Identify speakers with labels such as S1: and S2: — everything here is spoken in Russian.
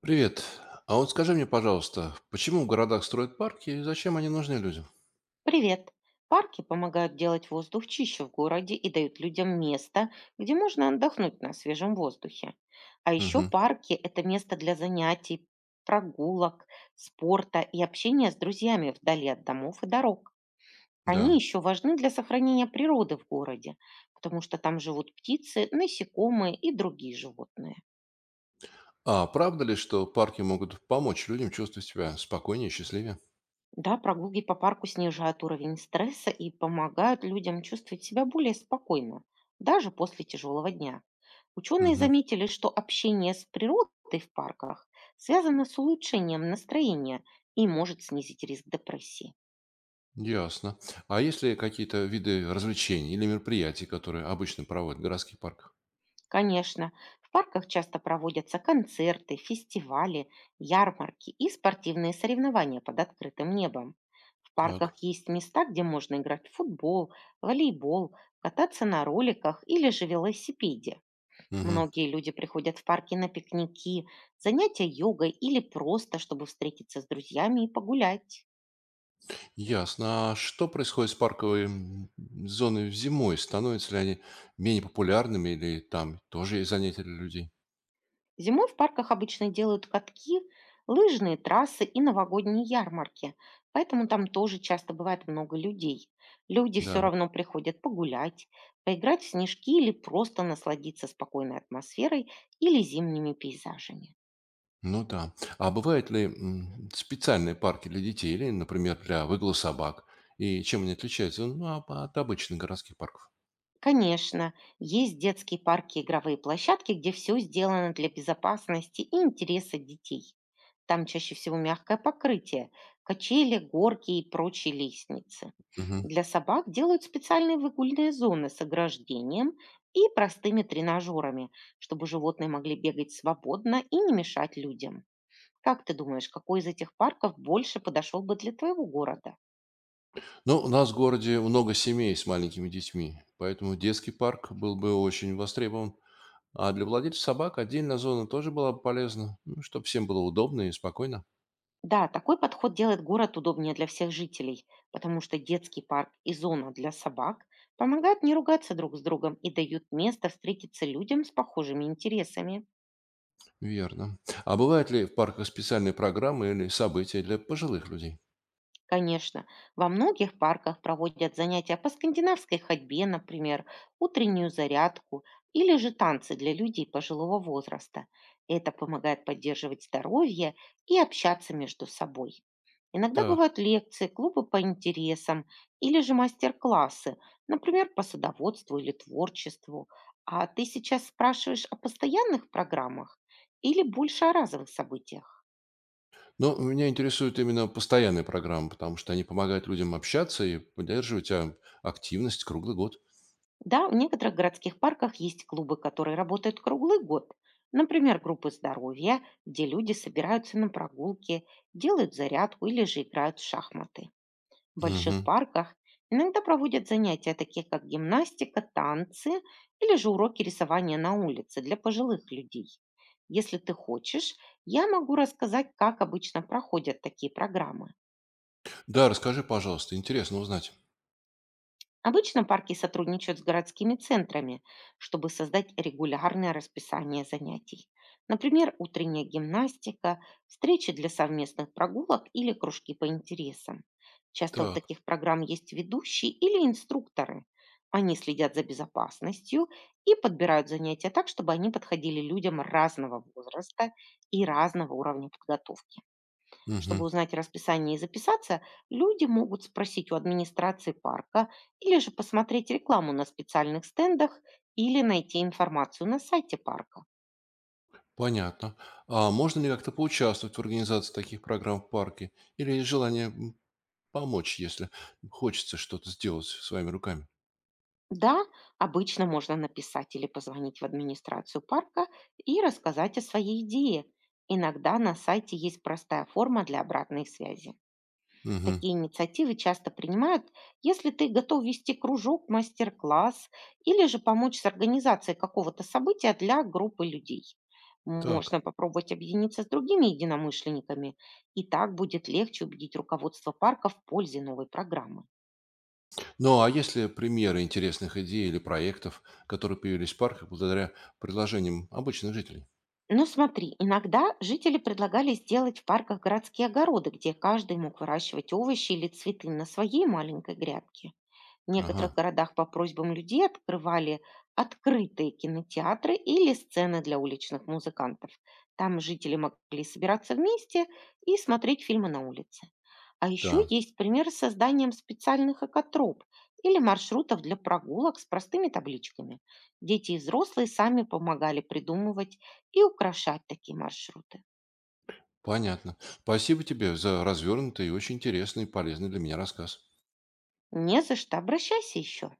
S1: Привет. А вот скажи мне, пожалуйста, почему в городах строят парки и зачем они нужны людям?
S2: Привет! Парки помогают делать воздух чище в городе и дают людям место, где можно отдохнуть на свежем воздухе. А еще
S1: Угу,
S2: парки– это место для занятий, прогулок, спорта и общения с друзьями вдали от домов и дорог. Они
S1: да.
S2: еще важны для сохранения природы в городе, потому что там живут птицы, насекомые и другие животные.
S1: А правда ли, что парки могут помочь людям чувствовать себя спокойнее и счастливее?
S2: Да, прогулки по парку снижают уровень стресса и помогают людям чувствовать себя более спокойно, даже после тяжелого дня. Ученые
S1: Угу,
S2: заметили, что общение с природой в парках связано с улучшением настроения и может снизить риск депрессии.
S1: ясно. А есть ли какие-то виды развлечений или мероприятий, которые обычно проводят в городских парках?
S2: Конечно, в парках часто проводятся концерты, фестивали, ярмарки и спортивные соревнования под открытым небом. В парках
S1: Так.
S2: есть места, где можно играть в футбол, волейбол, кататься на роликах или же велосипеде.
S1: Угу,
S2: Многие люди приходят в парки на пикники, занятия йогой или просто, чтобы встретиться с друзьями и погулять.
S1: ясно. А что происходит с парковой зоной зимой? Становятся ли они менее популярными или там тоже есть занятия для людей?
S2: Зимой в парках обычно делают катки, лыжные трассы и новогодние ярмарки, поэтому там тоже часто бывает много людей. Люди все
S1: Да.
S2: равно приходят погулять, поиграть в снежки или просто насладиться спокойной атмосферой или зимними пейзажами.
S1: Ну да. А бывают ли специальные парки для детей или, например, для выгула собак? И чем они отличаются, ну, от обычных городских парков?
S2: Конечно, есть детские парки и игровые площадки, где все сделано для безопасности и интереса детей. Там чаще всего мягкое покрытие, качели, горки и прочие лестницы.
S1: Мгм.
S2: Для собак делают специальные выгульные зоны с ограждением и простыми тренажерами, чтобы животные могли бегать свободно и не мешать людям. Как ты думаешь, какой из этих парков больше подошел бы для твоего города?
S1: Ну, у нас в городе много семей с маленькими детьми, поэтому детский парк был бы очень востребован. А для владельцев собак отдельная зона тоже была бы полезна, ну, чтобы всем было удобно и спокойно.
S2: Да, такой подход делает город удобнее для всех жителей, потому что детский парк и зона для собак помогают не ругаться друг с другом и дают место встретиться людям с похожими интересами.
S1: Верно. А бывают ли в парках специальные программы или события для пожилых людей?
S2: Конечно, во многих парках проводят занятия по скандинавской ходьбе, например, утреннюю зарядку или же танцы для людей пожилого возраста. Это помогает поддерживать здоровье и общаться между собой. Иногда
S1: Так.
S2: бывают лекции, клубы по интересам или же мастер-классы, например, по садоводству или творчеству. А ты сейчас спрашиваешь о постоянных программах или больше о разовых событиях?
S1: Ну, меня интересует именно постоянная программа, потому что они помогают людям общаться и поддерживать активность круглый год.
S2: Да, в некоторых городских парках есть клубы, которые работают круглый год. Например, группы здоровья, где люди собираются на прогулки, делают зарядку или же играют в шахматы. В больших
S1: Мгм.
S2: парках иногда проводят занятия, такие как гимнастика, танцы или же уроки рисования на улице для пожилых людей. Если ты хочешь, я могу рассказать, как обычно проходят такие программы.
S1: Да, расскажи, пожалуйста, интересно узнать.
S2: Обычно парки сотрудничают с городскими центрами, чтобы создать регулярное расписание занятий. Например, утренняя гимнастика, встречи для совместных прогулок или кружки по интересам. Часто у
S1: Так,
S2: таких программ есть ведущие или инструкторы. Они следят за безопасностью и подбирают занятия так, чтобы они подходили людям разного возраста и разного уровня подготовки. Чтобы
S1: мгм,
S2: узнать расписание и записаться, люди могут спросить у администрации парка или же посмотреть рекламу на специальных стендах или найти информацию на сайте парка.
S1: понятно. А можно ли как-то поучаствовать в организации таких программ в парке? Или есть желание помочь, если хочется что-то сделать своими руками?
S2: Да, обычно можно написать или позвонить в администрацию парка и рассказать о своей идее. Иногда на сайте есть простая форма для обратной связи.
S1: Мгм.
S2: Такие инициативы часто принимают, если ты готов вести кружок, мастер-класс или же помочь с организацией какого-то события для группы людей.
S1: Так.
S2: Можно попробовать объединиться с другими единомышленниками, и так будет легче убедить руководство парка в пользе новой программы.
S1: Ну, а есть ли примеры интересных идей или проектов, которые появились в парках благодаря предложениям обычных жителей?
S2: Но смотри, иногда жители предлагали сделать в парках городские огороды, где каждый мог выращивать овощи или цветы на своей маленькой грядке. В некоторых
S1: Ага,
S2: городах по просьбам людей открывали открытые кинотеатры или сцены для уличных музыкантов. Там жители могли собираться вместе и смотреть фильмы на улице. А еще
S1: так.
S2: есть пример с созданием специальных экотроп или маршрутов для прогулок с простыми табличками. Дети и взрослые сами помогали придумывать и украшать такие маршруты.
S1: Понятно. Спасибо тебе за развернутый и очень интересный и полезный для меня рассказ.
S2: Не за что, обращайся еще.